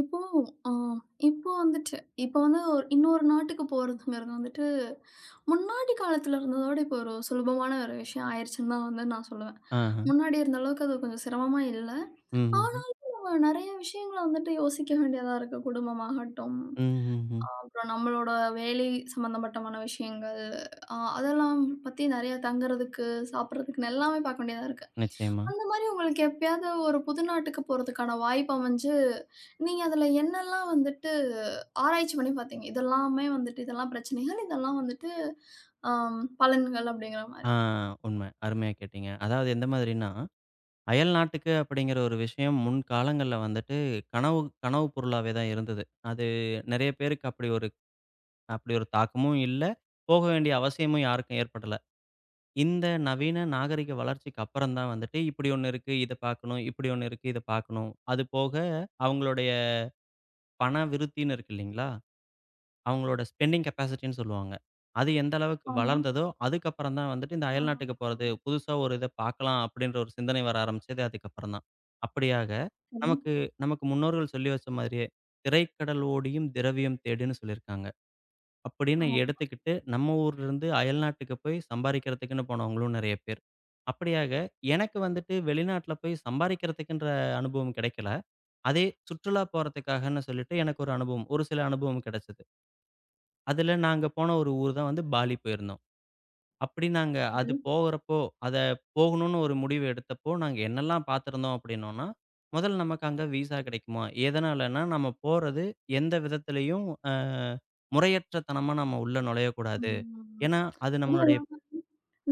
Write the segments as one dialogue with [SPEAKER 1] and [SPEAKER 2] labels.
[SPEAKER 1] இப்போ அ இப்போ வந்துட்டு இப்போ வந்து ஒரு இன்னொரு நாட்டுக்கு போறதுங்கிறது வந்துட்டு, முன்னாடி காலத்துல இருந்ததோட இப்போ ஒரு சுலபமான ஒரு விஷயம் ஆயிருச்சுன்னு தான் வந்து நான் சொல்லுவேன்.
[SPEAKER 2] ஆஹ.
[SPEAKER 1] முன்னாடி இருந்த அளவுக்கு அது கொஞ்சம் சிரமமா இல்ல.
[SPEAKER 2] ம்ஹ்ம்.
[SPEAKER 1] ஆனா நெறைய விஷயங்கள வந்துட்டு யோசிக்க வேண்டியதா இருக்கு. குடும்பமாகட்டும்,
[SPEAKER 2] ம்ஹ்ம்.
[SPEAKER 1] அப்புறம் நம்மளோட வேலை சம்மந்தப்பட்டமான விஷயங்கள், அதெல்லாம் பத்தி நெறைய தங்குறதுக்கு, சாப்பிடுறதுக்குன்னு எல்லாமே பார்க்க வேண்டியதா இருக்கு.
[SPEAKER 2] நிச்சயமா.
[SPEAKER 1] உங்களுக்கு எப்பயாவது ஒரு புது நாட்டுக்கு போறதுக்கான வாய்ப்பு அமைஞ்சு, நீங்க அதுல என்னெல்லாம் வந்துட்டு ஆராய்ச்சி பண்ணி பாத்தீங்க? இதெல்லாமே வந்துட்டு இதெல்லாம் பிரச்சனைகள், இதெல்லாம் வந்துட்டு பலன்கள் அப்படிங்கிற
[SPEAKER 2] ஆ
[SPEAKER 1] மாரி.
[SPEAKER 2] உண்மை. அருமையா கேட்டீங்க. அதாவது எந்த மாதிரின்னா, அயல் நாட்டுக்கு அப்படிங்கிற ஒரு விஷயம் முன் காலங்கள்ல வந்துட்டு கனவு கனவு பொருளாவே தான் இருந்தது. அது நெறைய பேருக்கு அப்படி ஒரு தாக்கமும் இல்ல. போக வேண்டிய அவசியமும் யாருக்கும் ஏற்படல. இந்த நவீன நாகரிக வளர்ச்சிக்கு அப்புறம் தான் வந்துட்டு இப்படி ஒண்ணு இருக்கு, இத பார்க்கணும். இப்படி ஒண்ணு இருக்கு, இத பார்க்கணும். அது போக அவங்களுடைய பண விருத்தின்னு இருக்கு இல்லைங்களா? அவங்களோட ஸ்பெண்டிங் கெப்பாசிட்டின்னு சொல்லுவாங்க. அது எந்த அளவுக்கு
[SPEAKER 1] ஆமா.
[SPEAKER 2] வளர்ந்ததோ, அதுக்கப்புறம் தான் வந்துட்டு இந்த
[SPEAKER 1] ஆ.
[SPEAKER 2] அயல் நாட்டுக்கு போறது, புதுசா ஒரு இத பார்க்கலாம் அப்படின்ற ஒரு சிந்தனை வர ஆரம்பிச்சது அதுக்கப்புறம் தான். அப்படியாக
[SPEAKER 1] சரி.
[SPEAKER 2] நமக்கு நமக்கு முன்னோர்கள் சொல்லி வச்ச மாதிரியே, "திரைக்கடல் ஓடியும் திரவியம் தேடுன்னு" சொல்லியிருக்காங்க.
[SPEAKER 1] ஆ.
[SPEAKER 2] அப்படின்னு எடுத்துக்கிட்டு நம்ம ஊர்லருந்து அயல் நாட்டுக்கு போய் சம்பாரிக்கிறதுக்குன்னு போனவங்களும் நெறைய பேர். அப்படியாக எனக்கு வந்துட்டு வெளிநாட்ல போய் சம்பாரிக்கிறதுக்குன்ற அனுபவம் கிடைக்கல. அதே சுற்றுலா போறதுக்காகன்னு சொல்லிட்டு எனக்கு ஒரு அனுபவம், ஒரு சில அனுபவம் கிடைச்சது. அதுல நாங்க போன ஒரு ஊர் தான் வந்து பாலி போயிருந்தோம். அப்படி நாங்க அது
[SPEAKER 1] சரி.
[SPEAKER 2] போகுறப்போ, அத போகணும்னு ஒரு முடிவு எடுத்தப்போ, நாங்க என்னெல்லாம் பார்த்திருந்தோம் அப்படின்னோம்னா, முதல்ல நமக்கு அங்க விசா கிடைக்குமா? எதனாலன்னா, நம்ம போறது எந்த விதத்திலயும் முறையற்ற தனமா நம்ம உள்ள நுழையக்கூடாது.
[SPEAKER 1] ம்.
[SPEAKER 2] ஏன்னா, அது
[SPEAKER 1] அதுவும்
[SPEAKER 2] நம்மளுடைய
[SPEAKER 1] இல்லாம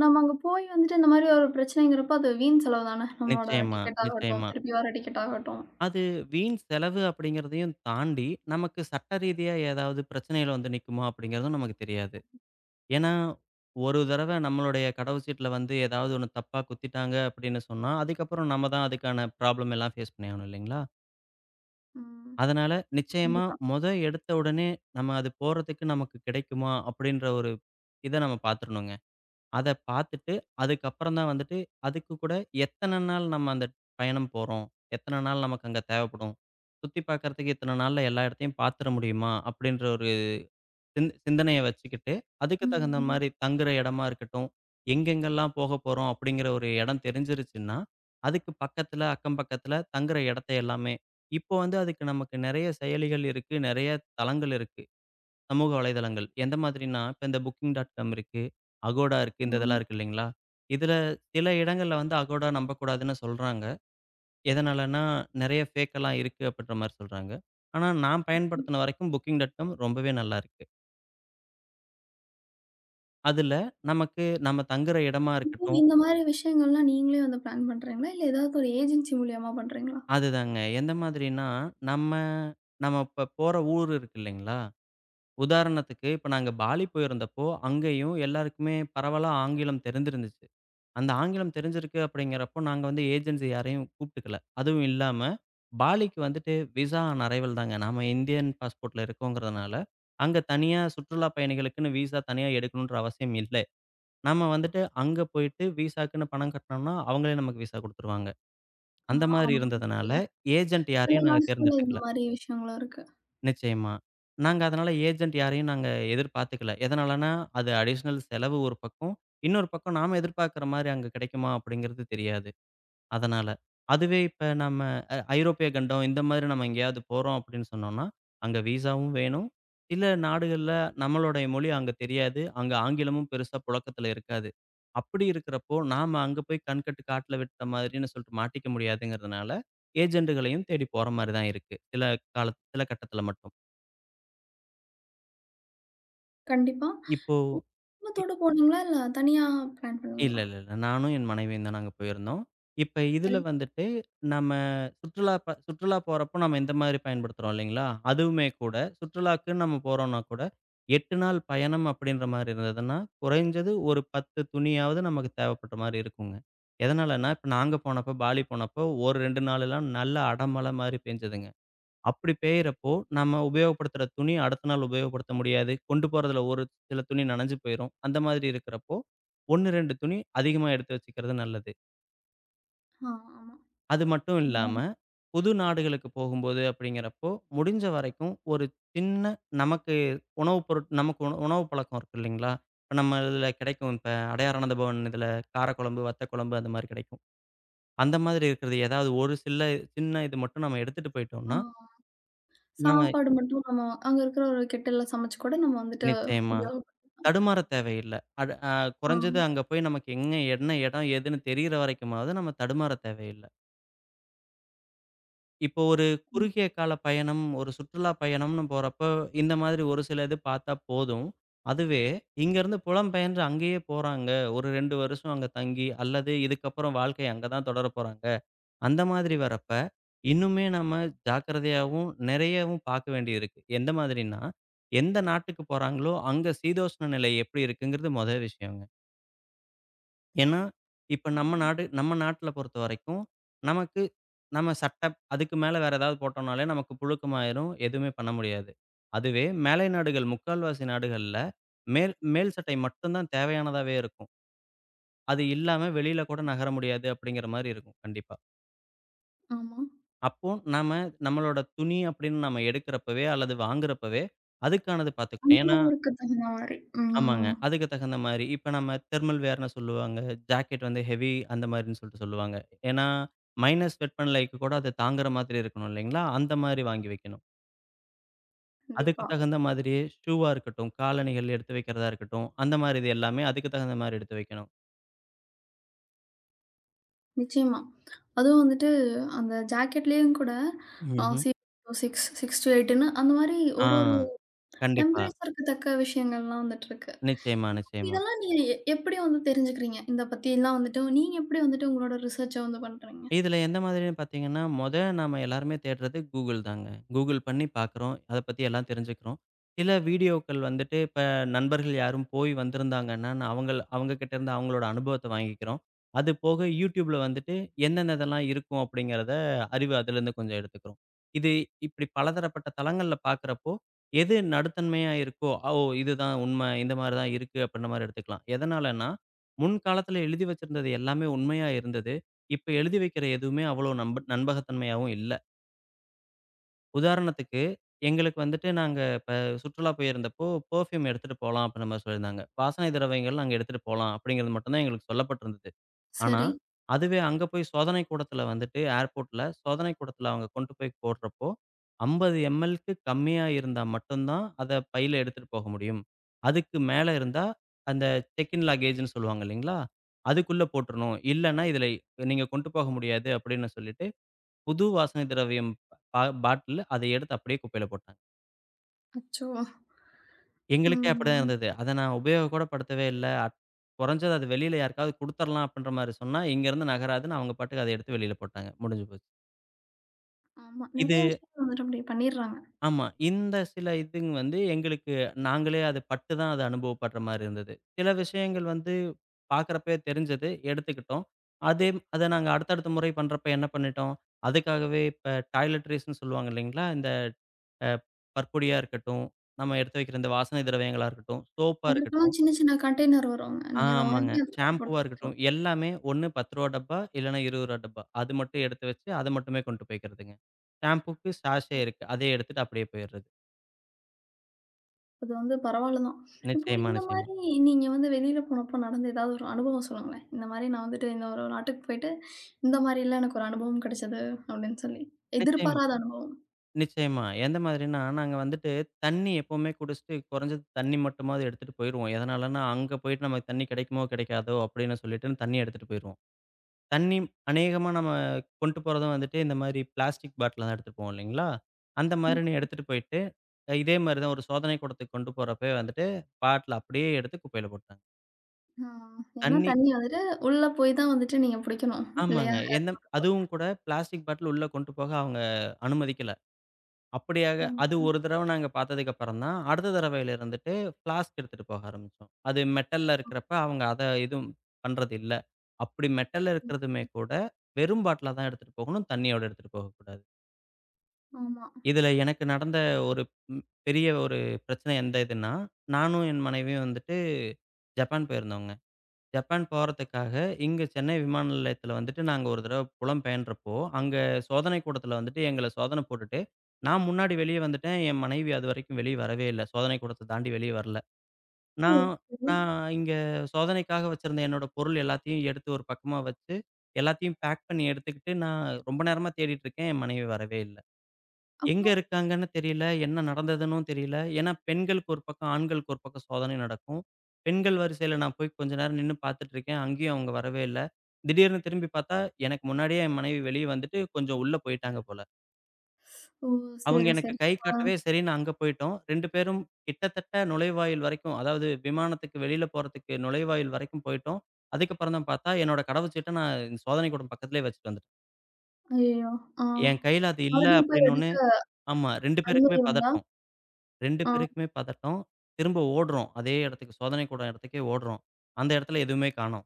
[SPEAKER 1] நம்ம அங்க போய் வந்துட்டு இந்த மாரி ஒரு பிரச்சனைங்கிறப்ப, அது வீண் செலவு தானே. நம்மளோட
[SPEAKER 2] நிச்சயமா,
[SPEAKER 1] டிக்கெட் ஆகட்டும்,
[SPEAKER 2] நிச்சயமா.
[SPEAKER 1] திருப்பி வர டிக்கெட் ஆகட்டும்.
[SPEAKER 2] அது வீண் செலவு அப்படிங்கிறதையும் தாண்டி, நமக்கு சட்ட ரீதியா ஏதாவது பிரச்சனையில வந்து நிக்குமா அப்படிங்கிறதும் நமக்கு தெரியாது. ஏன்னா, ஒரு தடவ நம்மளுடைய கடவுச்சீட்டுல வந்து ஏதாவது ஒண்ணு தப்பா குத்திட்டாங்க அப்படின்னு சொன்னா, அதுக்கப்புறம் நம்ம தான் அதுக்கான ப்ராப்ளம் எல்லாம் ஃபேஸ் பண்ணியாகணும் இல்லைங்களா?
[SPEAKER 1] ம்.
[SPEAKER 2] அதனால நிச்சயமா
[SPEAKER 1] கண்டிப்பா.
[SPEAKER 2] மொத எடுத்த உடனே நம்ம அது போடுறதுக்கு நமக்கு கிடைக்குமா? அப்படின்ற ஒரு இத நம்ம பார்த்துறணுங்க. அத பார்த்துட்டு அதுக்கப்புறம் தான் வந்துட்டு, அதுக்கு கூட எத்தன நாள் நம்ம அந்த பயணம் போறோம்? எத்தன நாள் நமக்கு அங்க தேவைப்படும்? சுத்தி பார்க்கறதுக்கு இத்தன நாள்ல எல்லா இடத்தையும் பார்த்துற முடியுமா? அப்படின்ற ஒரு சிந்தனைய வச்சுக்கிட்டு, அதுக்கு தகுந்த
[SPEAKER 1] ம்.
[SPEAKER 2] மாரி தங்குற இடமா இருக்கட்டும், எங்கெங்கெல்லாம் போக போறோம் அப்படிங்கிற ஒரு இடம் தெரிஞ்சிருச்சுன்னா, அதுக்கு பக்கத்துல, அக்கம் பக்கத்துல தங்குற இடத்த எல்லாமே இப்போ வந்து அதுக்கு நமக்கு நெறைய செயலிகள் இருக்கு, நெறைய தளங்கள் இருக்கு. சமூக வலைதளங்கள். எந்த மாதிரின்னா, இப்ப இந்த புக்கிங் டாட் காம் இருக்கு, அகோடா இருக்கு, இந்த இதெல்லாம்
[SPEAKER 1] ம்.
[SPEAKER 2] இருக்கு இல்லைங்களா? இதுல சில இடங்கள்ல வந்து அகோடா நம்பக்கூடாதுன்னு சொல்றாங்க. எதனாலன்னா, நெறைய ஃபேக் எல்லாம் இருக்கு அப்படின்ற மாரி சொல்றாங்க. ஆனா நான் பயன்படுத்தின வரைக்கும் புக்கிங் டாட் காம் ரொம்பவே நல்லா இருக்கு. அதுல நமக்கு நம்ம தங்குற இடமா
[SPEAKER 1] இப்போ
[SPEAKER 2] இருக்கட்டும்
[SPEAKER 1] இந்த மாரி விஷயங்கள்லாம் நீங்களே வந்து பிளான் பண்றீங்களா? இல்ல ஏதாவது ஒரு ஏஜென்சி மூலியமா பண்றீங்களா?
[SPEAKER 2] அதுதாங்க. எந்த மாதிரின்னா, நம்ம நம்ம இப்ப போற ஊர் இருக்கு இல்லைங்களா? உதாரணத்துக்கு இப்ப நாங்க பாலி போயிருந்தப்போ, அங்கேயும் எல்லாருக்குமே பரவலா ஆங்கிலம் தெரிஞ்சிருந்துச்சு. அந்த ஆங்கிலம் தெரிஞ்சிருக்கு அப்படிங்கிறப்போ, நாங்க வந்து ஏஜென்சி யாரையும் கூப்பிட்டுக்கல. அதுவும் இல்லாம, பாலிக்கு வந்துட்டு விசா ஆன் அரைவல் தாங்க. நாம இந்தியன் பாஸ்போர்ட்ல இருக்கோங்கிறதுனால, அங்க தனியா சுற்றுலா பயணிகளுக்குன்னு விசா தனியா எடுக்கணுன்ற அவசியம் இல்ல. நம்ம வந்துட்டு அங்க போயிட்டு விசாக்குன்னு பணம் கட்டுனோம்னா, அவங்களே நமக்கு விசா குடுத்துருவாங்க.
[SPEAKER 1] ஆ,
[SPEAKER 2] அந்த மாதிரி
[SPEAKER 1] ஆமாங்க.
[SPEAKER 2] இருந்ததுனால,
[SPEAKER 1] இல்ல
[SPEAKER 2] ஏஜென்ட்
[SPEAKER 1] சில
[SPEAKER 2] யாரையும் நாங்க
[SPEAKER 1] நாடுகள்ல இந்த
[SPEAKER 2] தேர்ந்தெடுத்துக்கல.
[SPEAKER 1] மாரி விஷயங்களும் இருக்கு.
[SPEAKER 2] நிச்சயமா. நாங்க அதனால ஏஜென்ட் யாரையும் நாங்க எதிர்பார்த்துக்கல. எதனாலன்னா, அது அடிஷனல் செலவு ஒரு பக்கம். இன்னொரு பக்கம் நாம எதிர்பார்க்கிற மாரி அங்க கிடைக்குமா? அப்படிங்கிறது தெரியாது. அதனால. அதுவே இப்ப நம்ம ஐரோப்பிய கண்டம் இந்த மாதிரி நம்ம எங்கேயாவது போறோம் அப்படின்னு சொன்னோம்னா, அங்க விசாவும் வேணும். சில நாடுகள்ல நம்மளுடைய மொழி அங்க தெரியாது. அங்க ஆங்கிலமும் பெருசா புழக்கத்துல இருக்காது. அப்படி இருக்கிறப்போ, நாம அங்க போய் கண்கட்டு காட்டுல விட்ட மாதிரின்னு சொல்லிட்டு மாட்டிக்க முடியாதுங்கிறதுனால, ஏஜெண்டுகளையும் தேடி போற மாரி தான் இருக்கு. சில கால சில கட்டத்துல மட்டும்.
[SPEAKER 1] கண்டிப்பா.
[SPEAKER 2] இப்போ
[SPEAKER 1] குடும்பத்தோட போனீங்களா? இல்ல தனியா பிளான்
[SPEAKER 2] இல்ல,
[SPEAKER 1] பண்ணீங்களா?
[SPEAKER 2] இல்ல, இல்ல. நானும் என் மனைவியும் தான் நாங்க போயிருந்தோம். இப்ப இதுல
[SPEAKER 1] சரி.
[SPEAKER 2] வந்துட்டு நம்ம சுற்றுலா போறப்போ நம்ம இந்த மாரி பயன்படுத்துறோம் இல்லைங்களா? அதுவுமே கூட சுற்றுலாக்குன்னு நம்ம போறோம்னா கூட 8 நாள் பயணம் அப்படின்ற மாரி இருந்ததுன்னா, குறைஞ்சது ஒரு 10 துணியாவது நமக்கு தேவைப்பட்ட மாரி இருக்குங்க. எதனாலன்னா, இப்ப நாங்க போனப்போ, பாலி போனப்போ ஒரு 2 நாளெல்லாம் நல்ல அடமழை மாரி பெஞ்சதுங்க. அப்படி பெய்யிறப்போ, நம்ம உபயோகப்படுத்துற துணி அடுத்த நாள் உபயோகப்படுத்த முடியாது. கொண்டு போறதுல ஒரு சில துணி நனஞ்சு போயிரும். அந்த மாதிரி இருக்கிறப்போ, 1, 2 துணி அதிகமா எடுத்து வச்சுக்கிறது நல்லது.
[SPEAKER 1] ஆ, ஆமா.
[SPEAKER 2] அது மட்டும் இல்லாம,
[SPEAKER 1] ம்.
[SPEAKER 2] புது நாடுகளுக்கு போகும்போது அப்படிங்கிறப்போ, முடிஞ்ச வரைக்கும் ஒரு சின்ன நமக்கு உணவு பொருட் நமக்கு உண உணவு பழக்கம் இருக்கு இல்லைங்களா? இப்ப நம்ம இதுல கிடைக்கும். இப்ப அடையாரானந்த பவன் இதுல காரக்குழம்பு, வத்த குழம்பு அந்த மாரி கிடைக்கும். அந்த மாதிரி இருக்கிறது ஏதாவது ஒரு சில சின்ன இது மட்டும் நம்ம எடுத்துட்டு
[SPEAKER 1] ஆ.
[SPEAKER 2] போயிட்டோம்னா, நம்ம
[SPEAKER 1] சாப்பாடு மட்டும் நம்ம அங்க இருக்கிற ஒரு கெட்டில்ல சமைச்சு கூட நம்ம வந்துட்டு
[SPEAKER 2] நிச்சயமா.
[SPEAKER 1] உபயோகப்
[SPEAKER 2] தடுமாறத் தேவையில்ல. அடு அ
[SPEAKER 1] ஆ,
[SPEAKER 2] குறைஞ்சது அங்க போய் நமக்கு எங்க என்ன இடம், ஏதுன்னு தெரியிற வரைக்குமாவது நம்ம தடுமாறத் தேவையில்ல. இப்போ ஒரு குறுகிய கால பயணம், ஒரு சுற்றுலா பயணம்னு போறப்போ, இந்த மாதிரி ஒரு சில இது பார்த்தா போதும். அதுவே இங்கருந்து புலம்பெயன்று அங்கேயே போறாங்க. ஒரு 2 வருஷம் அங்க தங்கி, அல்லது இதுக்கப்புறம் வாழ்க்கை அங்க தான் தொடரப் போறாங்க. அந்த மாதிரி வரப்ப, இன்னுமே நம்ம ஜாக்கிரதையாவும், நிறையவும் பார்க்க வேண்டியிருக்கு. எந்த மாதிரின்னா, எந்த நாட்டுக்கு போறாங்களோ, அங்க சீதோஷ்ண நிலை எப்படி இருக்குங்கிறது மொத விஷயங்க. ஏன்னா, இப்ப நம்ம
[SPEAKER 1] ஆ,
[SPEAKER 2] நாடு நம்ம நாட்ல பொறுத்தவரைக்கும், நமக்கு நம்ம சட்ட அதுக்கு மேல வேற ஏதாவது போட்டோம்னாலே நமக்கு புழுக்கமாயிரும். எதுவுமே பண்ண முடியாது. அதுவே மேலை நாடுகள் முக்கால்வாசி நாடுகள்ல, மேல் மேல் சட்டை மட்டும் தான் தேவையானதாவே இருக்கும். அது இல்லாம வெளியில கூட நகர முடியாது அப்படிங்கிற மாரி இருக்கும் கண்டிப்பா.
[SPEAKER 1] ஆமா.
[SPEAKER 2] அப்போ நாம நம்மளோட துணி அப்படின்னு நம்ம எடுக்கிறப்பவே அல்லது வாங்குறப்பவே, அதுக்கானது பார்த்துக்கணும்.
[SPEAKER 1] அந்த
[SPEAKER 2] ஏன்னா
[SPEAKER 1] ஊருக்கு தகுந்த மாரி.
[SPEAKER 2] ஆமாங்க.
[SPEAKER 1] ம்.
[SPEAKER 2] அதுக்கு தகுந்த மாரி, இப்ப நம்ம தெர்மல் வேர்ன்னு சொல்லுவாங்க. ஜாக்கெட் வந்து ஹெவி அந்த மாரின்னு சொல்லிட்டு சொல்லுவாங்க. ஏன்னா, மைனஸ் வெப்பநிலைக்கு கூட அது தாங்குற மாதிரி இருக்கணும் இல்லைங்களா? அந்த மாரி வாங்கி வைக்கணும். அதுக்கு
[SPEAKER 1] கண்டிப்பா.
[SPEAKER 2] தகுந்த மாதிரியே ஷூவா இருக்கட்டும், காலணிகள் எடுத்து வைக்கிறதா இருக்கட்டும், அந்த மாரி இது எல்லாமே அதுக்கு தகுந்த மாரி எடுத்து வைக்கணும்.
[SPEAKER 1] நிச்சயமா. அதுவும் வந்துட்டு அந்த ஜாக்கெட்லயும் கூட அ
[SPEAKER 2] ம்ஹ்ம்.
[SPEAKER 1] சி 6 டூ 8ன்னு அந்த மாரி
[SPEAKER 2] ஆ,
[SPEAKER 1] ஒரு ஒரு
[SPEAKER 2] கண்டிப்பா.
[SPEAKER 1] டெம்பரேச்சருக்கு தக்க விஷயங்கள்லாம் வந்துட்டு இருக்கு.
[SPEAKER 2] நிச்சயமா, நிச்சயமா.
[SPEAKER 1] இதெல்லாம் நீங்க எப்படி வந்து தெரிஞ்சுக்கிறீங்க? இத பத்தியெல்லாம் வந்துட்டு நீங்க எப்படி வந்துட்டு உங்களோட ரிசர்ச்ச வந்து பண்றீங்க?
[SPEAKER 2] இதில எந்த மாதிரின்னு பார்த்தீங்கன்னா, மொத நாம எல்லாருமே தேடுறது Google தாங்க. Google பண்ணி பார்க்குறோம். அத பத்தி எல்லாம் தெரிஞ்சுக்கிறோம். சில வீடியோக்கள் வந்துட்டு இப்ப நண்பர்கள் யாரும் போய் வந்திருந்தாங்கன்னா, அவங்க கிட்ட இருந்து அவங்களோட அனுபவத்த வாங்கிக்கிறோம். அது போக YouTubeல வந்துட்டு என்னென்ன இதெல்லாம் இருக்கும் அப்படிங்கிறத அறிவு அதிலருந்து கொஞ்சம் எடுத்துக்கிறோம். இது இப்படி பலதரப்பட்ட தளங்கள்ல பார்க்குறப்போ, எது நடுத்தன்மையா இருக்கோ, ஓ! இதுதான் உண்மை. இந்த மாரி தான் இருக்கு அப்படின்ற மாரி எடுத்துக்கலாம். எதனாலன்னா, முன்காலத்தில எழுதி வச்சிருந்தது எல்லாமே உண்மையா இருந்தது. இப்ப எழுதி வைக்கிற எதுவுமே அவ்வளோ நம்பகத்தன்மையாவும் இல்ல. உதாரணத்துக்கு, எங்களுக்கு வந்துட்டு நாங்க இப்ப சுற்றுலா போயிருந்தப்போ, பெர்ஃப்யூம் எடுத்துட்டு போலாம் அப்டின்ற மாரி சொல்லியிருந்தாங்க. வாசனை திரவியங்கள் நாங்க எடுத்துட்டு போலாம் அப்டிங்கிறது மட்டும் தான் எங்களுக்கு சொல்லப்பட்டிருந்தது. ஆனா,
[SPEAKER 1] சரி.
[SPEAKER 2] அதுவே அங்க போய் சோதனை கூடத்துல வந்துட்டு ஏர்போர்ட்ல சோதனை கூடத்துல அவங்க கொண்டு போய் போடுறப்போ, 50 எம்எல்க்கு கம்மியா இருந்தா மட்டும் தான் அத பையில எடுத்துட்டு போக முடியும். அதுக்கு மேல இருந்தா அந்த செக் இன் லேக்கேஜ்ன்னு சொல்லுவாங்க இல்லைங்களா? அதுக்குள்ள போட்டுறணும். இல்லன்னா இதுல நீங்க கொண்டு போக முடியாது அப்டின்னு சொல்லிட்டு புது வாசனை திரவியம் பாட்டில் அத எடுத்து அப்படியே குப்பையில போட்டாங்க.
[SPEAKER 1] அச்சோ!
[SPEAKER 2] எங்களுக்கே அப்படிதான்
[SPEAKER 1] ம்.
[SPEAKER 2] இருந்தது. அத நான் உபயோகப்படுத்தவே இல்ல. குறைஞ்சது அது வெளியில யாருக்காவது குடுத்துரலாம் அப்படின்ற மாரி சொன்னா, இங்கருந்து நகராதுன்னு அவங்க பாட்டுக்கு அத எடுத்து வெளியில போட்டாங்க. முடிஞ்சு போச்சு.
[SPEAKER 1] ஆமா.
[SPEAKER 2] இது
[SPEAKER 1] நெறைய விஷயங்கள் வந்துட்டு அப்படி பண்ணிடுறாங்க.
[SPEAKER 2] ஆமா. இந்த சில இதுங்க வந்து எங்களுக்கு நாங்களே அது பட்டு தான் அது அனுபவப்படுற மாரி இருந்தது. சில விஷயங்கள் வந்து பார்க்குறப்பயே தெரிஞ்சது, எடுத்துக்கிட்டோம். அதே அத நாங்க அடுத்தடுத்த முறை பண்றப்ப என்ன பண்ணிட்டோம், அதுக்காகவே இப்ப டாய்லெட்ரீஸ்ன்னு சொல்லுவாங்க இல்லைங்களா? இந்த அ பற்பொடியா இருக்கட்டும், நம்ம எடுத்து வைக்கிற இந்த வாசனை திரவியங்களா இருக்கட்டும், சோப்பா
[SPEAKER 1] அதற்கெல்லாம்
[SPEAKER 2] இருக்கட்டும்
[SPEAKER 1] சின்ன சின்ன கண்டெய்னர் வருங்க. நீங்க அத
[SPEAKER 2] ஆமாங்க.
[SPEAKER 1] வாங்கி அதுல போட்டு
[SPEAKER 2] ஷாம்பூவா இருக்கட்டும்,
[SPEAKER 1] வச்சுக்கலாம்.
[SPEAKER 2] எல்லாமே ஒண்ணு ரூ. 10 டப்பா, இல்லன்னா ரூ. 20 டப்பா. அது மட்டும் எடுத்து வச்சு, அத மட்டுமே கொண்டு போய்க்கிறதுங்க. ஷாம்பூக்கு சாஷே இருக்கு. அதே எடுத்துட்டு அப்படியே போயிறது.
[SPEAKER 1] அது வந்து பரவாயில்ல தான். இப்போ
[SPEAKER 2] நிச்சயமா,
[SPEAKER 1] இந்த
[SPEAKER 2] நிச்சயமா.
[SPEAKER 1] மாரி நீங்க வந்து வெளியில போனப்போ நடந்த ஏதாவது ஒரு அனுபவம் சொல்லுங்களேன். இந்த மாரி நான் வந்துட்டு இந்த ஒரு நாட்டுக்கு போயிட்டு, இந்த மாரிலாம் எனக்கு ஒரு அனுபவம் கிடைச்சது அப்படின்னு சொல்லி.
[SPEAKER 2] நிச்சயம்
[SPEAKER 1] எதிர்பாராத அனுபவம்.
[SPEAKER 2] நிச்சயமா. எந்த மாதிரின்னா, நாங்க வந்துட்டு தண்ணி எப்பவுமே குடிச்சுட்டு, குறைஞ்சது தண்ணி மட்டுமாவது எடுத்துட்டு போயிருவோம். எதனாலன்னா, அங்க போயிட்டு நமக்கு தண்ணி கிடைக்குமோ, கிடைக்காதோ அப்படின்னு சொல்லிட்டுன்னு தண்ணி எடுத்துட்டு போயிருவோம். தண்ணி அநேகமா நம்ம கொண்டு போறதும் வந்துட்டு இந்த மாதிரி பிளாஸ்டிக் பாட்டில் தான் எடுத்துட்டு போவோம் இல்லைங்களா? அந்த மாதிரின்னு எடுத்துட்டு போயிட்டு, இதே மாதிரி தான் ஒரு சோதனை கூடத்துக்கு கொண்டு போறப்பயே வந்துட்டு பாட்டில் அப்படியே எடுத்து குப்பையில போட்டாங்க.
[SPEAKER 1] ம். ஏன்னா
[SPEAKER 2] தண்ணி
[SPEAKER 1] தண்ணி வந்துட்டு உள்ள போய் தான் வந்துட்டு நீங்க புடிக்கணும். இல்லையா?
[SPEAKER 2] ஆமாங்க. எந்த அதுவும் கூட பிளாஸ்டிக் பாட்டில் உள்ள கொண்டு போக அவங்க அனுமதிக்கல. அப்படியாக அது ஒரு தடவ நாங்க பார்த்ததுக்கு அப்புறம் தான், அடுத்த தடவையில இருந்துட்டு ஃப்ளாஸ்க் எடுத்துட்டு போக ஆரம்பிச்சோம். அது மெட்டல்ல இருக்கிறப்ப அவங்க அத எதுவும் பண்றது இல்ல. அப்படி மெட்டல்ல இருக்கிறதுமே கூட வெறும் பாட்டிலா தான் எடுத்துட்டு போகணும். தண்ணியோட எடுத்துட்டு போகக்கூடாது.
[SPEAKER 1] ஆமா.
[SPEAKER 2] இதுல எனக்கு நடந்த ஒரு ம் பெரிய ஒரு பிரச்சனை எந்த இதுன்னா, நானும் என் மனைவியும் வந்துட்டு ஜப்பான் போயிருந்தோங்க. ஜப்பான் போறதுக்காக இங்க சென்னை விமான நிலையத்துல வந்துட்டு நாங்க ஒரு தடவ புலம்பெயன்றப்போ, அங்க சோதனை கூடத்துல வந்துட்டு எங்கள சோதனை போட்டுட்டு, நான் முன்னாடி வெளிய வந்துட்டேன். என் மனைவி அதுவரைக்கும் வெளிய வரவே இல்ல. சோதனை கூடத்த தாண்டி வெளிய வரல.
[SPEAKER 1] ஓ!
[SPEAKER 2] நான்
[SPEAKER 1] சரி.
[SPEAKER 2] நான் இங்க சோதனைக்காக வச்சிருந்த என்னோட பொருள் எல்லாத்தையும் எடுத்து ஒரு பக்கமா வச்சு, எல்லாத்தையும் பேக் பண்ணி எடுத்துக்கிட்டு, நான் ரொம்ப நேரமா தேடிட்டு இருக்கேன். என் மனைவி வரவே இல்ல. எங்க
[SPEAKER 1] அப்புறம்?
[SPEAKER 2] இருக்காங்கன்னு தெரியல. என்ன நடந்ததுன்னும் தெரியல. ஏன்னா, பெண்களுக்கு ஒரு பக்கம், ஆண்களுக்கு ஒரு பக்கம் சோதனை நடக்கும். பெண்கள் வரிசையில நான் போய் கொஞ்ச நேரம் நின்னு பார்த்துட்டு இருக்கேன். அங்கேயும் அவங்க வரவே இல்ல. திடீர்னு திரும்பி பார்த்தா, எனக்கு முன்னாடியே என் மனைவி வெளிய வந்துட்டு கொஞ்சம் உள்ள போயிட்டாங்க போல.
[SPEAKER 1] ஓ!
[SPEAKER 2] அவங்க
[SPEAKER 1] சரி,
[SPEAKER 2] எனக்கு
[SPEAKER 1] சரி.
[SPEAKER 2] கை
[SPEAKER 1] ஆ.
[SPEAKER 2] காட்டவே சரின்னு அங்க போயிட்டோம். 2 பேரும் கிட்டத்தட்ட நுழைவாயில் வரைக்கும், அதாவது விமானத்துக்கு வெளியில போறதுக்கு நுழைவாயில் வரைக்கும் போயிட்டோம். அதுக்கப்புறம் தான் பார்த்தா, என்னோட கடவுச்சீட்ட நான் சோதனைக்கூடம் பக்கத்திலேயே வச்சுட்டு வந்துட்டேன்.
[SPEAKER 1] ஐயய்யோ! ஆ.
[SPEAKER 2] என் கையில அது இல்ல
[SPEAKER 1] மறுபடியும் போய்
[SPEAKER 2] அப்படின்னோனே
[SPEAKER 1] எடுக்க
[SPEAKER 2] ஆமா 2 பேருக்குமே
[SPEAKER 1] அனுமதி உண்டா?
[SPEAKER 2] பதட்டம். 2
[SPEAKER 1] ஆ.
[SPEAKER 2] பேருக்குமே பதட்டம். திரும்ப ஓடுறோம். அதே இடத்துக்கு சோதனை கூடம் இடத்துக்கே ஓடுறோம். அந்த இடத்துல எதுவுமே காணோம்.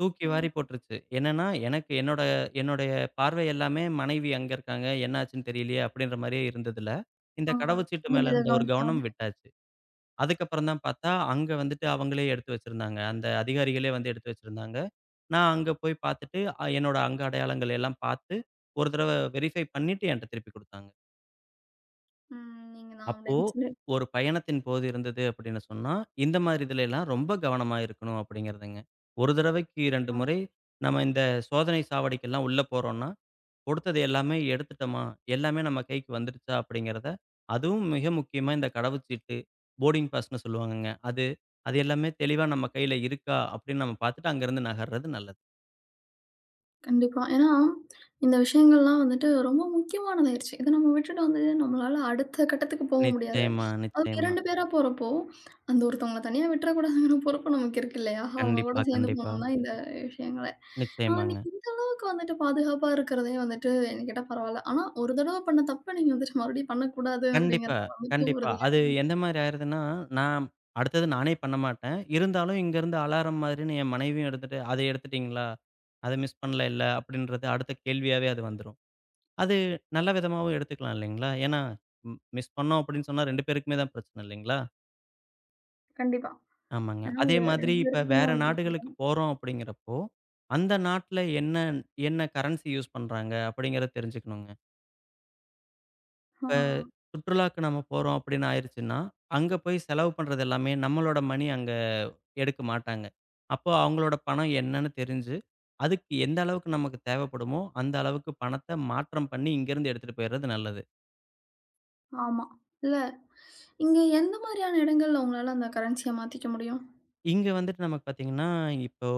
[SPEAKER 2] தூக்கி
[SPEAKER 1] ஓ!
[SPEAKER 2] வாரி போட்டுருச்சு. என்னன்னா, எனக்கு என்னுடைய பார்வை எல்லாமே மனைவி அங்க இருக்காங்க. என்னாச்சுன்னு தெரியலையே! அப்படின்ற மாரியே இருந்ததுல, இந்த
[SPEAKER 1] ஆ.
[SPEAKER 2] கடவுச்சீட்டு
[SPEAKER 1] அதுல
[SPEAKER 2] மேல
[SPEAKER 1] இத
[SPEAKER 2] இருந்த ஒரு
[SPEAKER 1] கவனிக்காம.
[SPEAKER 2] கவனம் விட்டாச்சு. அதுக்கப்புறம் தான் பார்த்தா, அங்க வந்துட்டு அவங்களே எடுத்து வச்சிருந்தாங்க. அந்த அதிகாரிகளே வந்து எடுத்து வச்சிருந்தாங்க. நான் அங்க போய் பார்த்துட்டு, என்னோட அங்க அடையாளங்கள் எல்லாம் பார்த்து, ஒரு தடவ வெரிஃபை பண்ணிட்டு என்ட்ட திருப்பி குடுத்தாங்க.
[SPEAKER 1] ம். நீங்கதான்
[SPEAKER 2] அப்போ
[SPEAKER 1] அப்படின்னு சொல்லி.
[SPEAKER 2] ஒரு பயணத்தின் போது இருந்தது அப்படின்னு சொன்னா, இந்த மாரி இதுலலாம் ரொம்ப கவனமா இருக்கணும் அப்படிங்கிறதுங்க. ஒரு தடவைக்கு 2
[SPEAKER 1] ஆ.
[SPEAKER 2] முறை நம்ம இந்த சோதனை சாவடிக்கெல்லாம் உள்ள போறோம்னா, கொடுத்தது எல்லாமே எடுத்துட்டோமா? எல்லாமே நம்ம கைக்கு வந்துடுச்சா? அப்படிங்கிறத அதுவும் மிக முக்கியமா இந்த கடவுச்சீட்டு, போர்டிங் பாஸ்ன்னு சொல்லுவாங்கங்க. அது அது எல்லாமே தெளிவா நம்ம கையில இருக்கா? அப்படின்னு நம்ம பார்த்துட்டு அங்கருந்து நகர்றது நல்லது.
[SPEAKER 1] கண்டிப்பா. ஏன்னா, இந்த விஷயங்கள்லாம் வந்துட்டு ரொம்ப முக்கியமானதாயிருச்சு. இத நம்ம விட்டுட்டு வந்து நம்மளால அடுத்த கட்டத்துக்கு
[SPEAKER 2] ம்.
[SPEAKER 1] போக முடியாது.
[SPEAKER 2] நிச்சயமா,
[SPEAKER 1] அதுவும்
[SPEAKER 2] நிச்சயமா.
[SPEAKER 1] 2 பேரா போறப்போ, அந்த ஒருத்தவங்கள தனியா விட்டுறக்கூடாதுங்கிற பொறுப்பு நமக்கு இருக்கு இல்லையா? அவங்க
[SPEAKER 2] கண்டிப்பா,
[SPEAKER 1] கூட சேர்ந்து
[SPEAKER 2] கண்டிப்பா.
[SPEAKER 1] போகணும்னா இந்த விஷயங்கள. ஆ நீ
[SPEAKER 2] நிச்சயமாங்க.
[SPEAKER 1] நமக்கு வந்துட்டு பாதுகாப்பா இருக்கிறதே வந்துட்டு என்ன கேட்டா பரவால்ல. ஆனா, ஒரு தடவ பண்ண தப்ப நீங்க வந்துட்டு மறுபடியும் பண்ணக்கூடாது
[SPEAKER 2] கண்டிப்பா,
[SPEAKER 1] அப்படிங்கிறது வந்துட்டு
[SPEAKER 2] கண்டிப்பா.
[SPEAKER 1] உறுதியா
[SPEAKER 2] அது
[SPEAKER 1] இருக்கு.
[SPEAKER 2] எந்த மாரி ஆயிருதுன்னா, நான் அடுத்தது நானே பண்ண மாட்டேன். இருந்தாலும் இங்கருந்து அலாரம் மாதிரின்னு என் மனைவியும் எடுத்துட்டு, "அத எடுத்துட்டீங்களா? அத மிஸ் பண்ணலைல்ல?" அப்படின்றது அடுத்த கேள்வியாவே அது வந்துரும். அது நல்ல விதமாவும் எடுத்துக்கலாம் இல்லைங்களா? ஏன்னா, மிஸ் பண்ணோம் அப்படின்னு சொன்னா 2 பேருக்குமே தான் பிரச்சனை இல்லைங்களா?
[SPEAKER 1] கண்டிப்பா.
[SPEAKER 2] ஆமாங்க.
[SPEAKER 1] ஏன்னா,
[SPEAKER 2] அதே
[SPEAKER 1] ஒரு
[SPEAKER 2] மாதிரி
[SPEAKER 1] 2
[SPEAKER 2] இப்ப
[SPEAKER 1] பேத்துக்குமே
[SPEAKER 2] வேற
[SPEAKER 1] வந்துட்டு
[SPEAKER 2] நாடுகளுக்கு
[SPEAKER 1] புரியும்.
[SPEAKER 2] போறோம் அப்படிங்கிறப்போ, அந்த நாட்ல என்ன என்ன கரன்சி யூஸ் பண்றாங்க அப்படிங்கிறத தெரிஞ்சுக்கணுங்க.
[SPEAKER 1] ஆ,
[SPEAKER 2] சுற்றுலாக்கு நம்ம போறோம் அப்படின்னு ஆயிருச்சுன்னா, அங்க போய் செலவு பண்றது எல்லாமே நம்மளோட மணி அங்க எடுக்க மாட்டாங்க. அப்போ அவங்களோட பணம் என்னன்னு தெரிஞ்சு, அதுக்கு எந்த அளவுக்கு நமக்கு தேவைப்படுமோ, அந்த அளவுக்கு பணத்த மாற்றம் பண்ணி இங்கேருந்து எடுத்துட்டு போயிறது நல்லது.
[SPEAKER 1] ஆமா. இல்ல இங்க எந்த மாதிரியான இடங்கள்ல உங்களால அந்த கரன்சிய மாத்திக்க முடியும்?
[SPEAKER 2] இங்க வந்துட்டு நமக்கு பார்த்தீங்கன்னா, இப்போ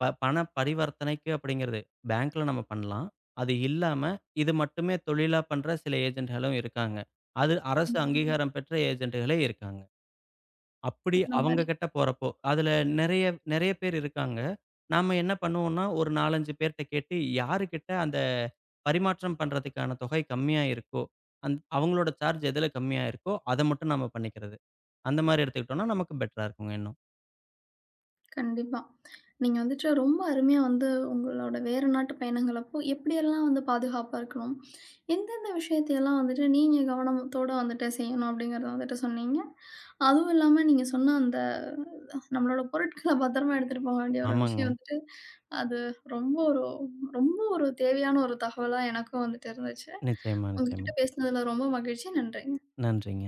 [SPEAKER 2] பண பரிவர்த்தனைக்கு அப்படிங்கிறது பேங்க்ல நம்ம பண்ணலாம். அது இல்லாம இது மட்டுமே தொழிலா பண்ற சில ஏஜென்ட்களும் இருக்காங்க. அது அரசு
[SPEAKER 1] ம்.
[SPEAKER 2] அங்கீகாரம் பெற்ற ஏஜென்ட்களே இருக்காங்க. அப்படி
[SPEAKER 1] அந்த
[SPEAKER 2] அவங்க
[SPEAKER 1] மாரி.
[SPEAKER 2] கிட்ட போறப்போ, அதுல நெறைய நெறைய பேர் இருக்காங்க. நாம என்ன பண்ணுவோம்னா, ஒரு 4, 5 பேர்ட்ட கேட்டு யாருகிட்ட அந்த பரிமாற்றம் பண்றதுக்கான தொகை கம்மியா இருக்கோ, அவங்களோட சார்ஜ் எதுல கம்மியா இருக்கோ, அத மட்டும் நாம பண்ணிக்கிறது. அந்த மாரி எடுத்துக்கிட்டோம்னா, நமக்கு பெட்டரா இருக்குங்க இன்னும்.
[SPEAKER 1] கண்டிப்பா. நீங்க வந்துட்டு ரொம்ப அருமையா வந்து உங்களோட வேற நாட்டு பயணங்களப்போ எப்படியெல்லாம் வந்து பாதுகாப்பா இருக்கணும், எந்தெந்த விஷயத்தையெல்லாம் வந்துட்டு நீங்க கவனத்தோட வந்துட்டு செய்யணும் அப்படிங்கிறத வந்துட்டு சொன்னீங்க. அதுவும் இல்லாம நீங்க சொன்ன அந்த நம்மளோட பொருட்கள பத்திரமா எடுத்துட்டு போக வேண்டிய ஒரு
[SPEAKER 2] ஆமாங்க.
[SPEAKER 1] விஷயம் வந்துட்டு, அது ரொம்ப ஒரு ரொம்ப ஒரு தேவையான ஒரு தகவலா எனக்கும் வந்துட்டு இருந்துச்சு.
[SPEAKER 2] நிச்சயமா, நிச்சயமா.
[SPEAKER 1] உங்ககிட்ட பேசினதுல ரொம்ப மகிழ்ச்சி. நன்றிங்க.
[SPEAKER 2] நன்றிங்க.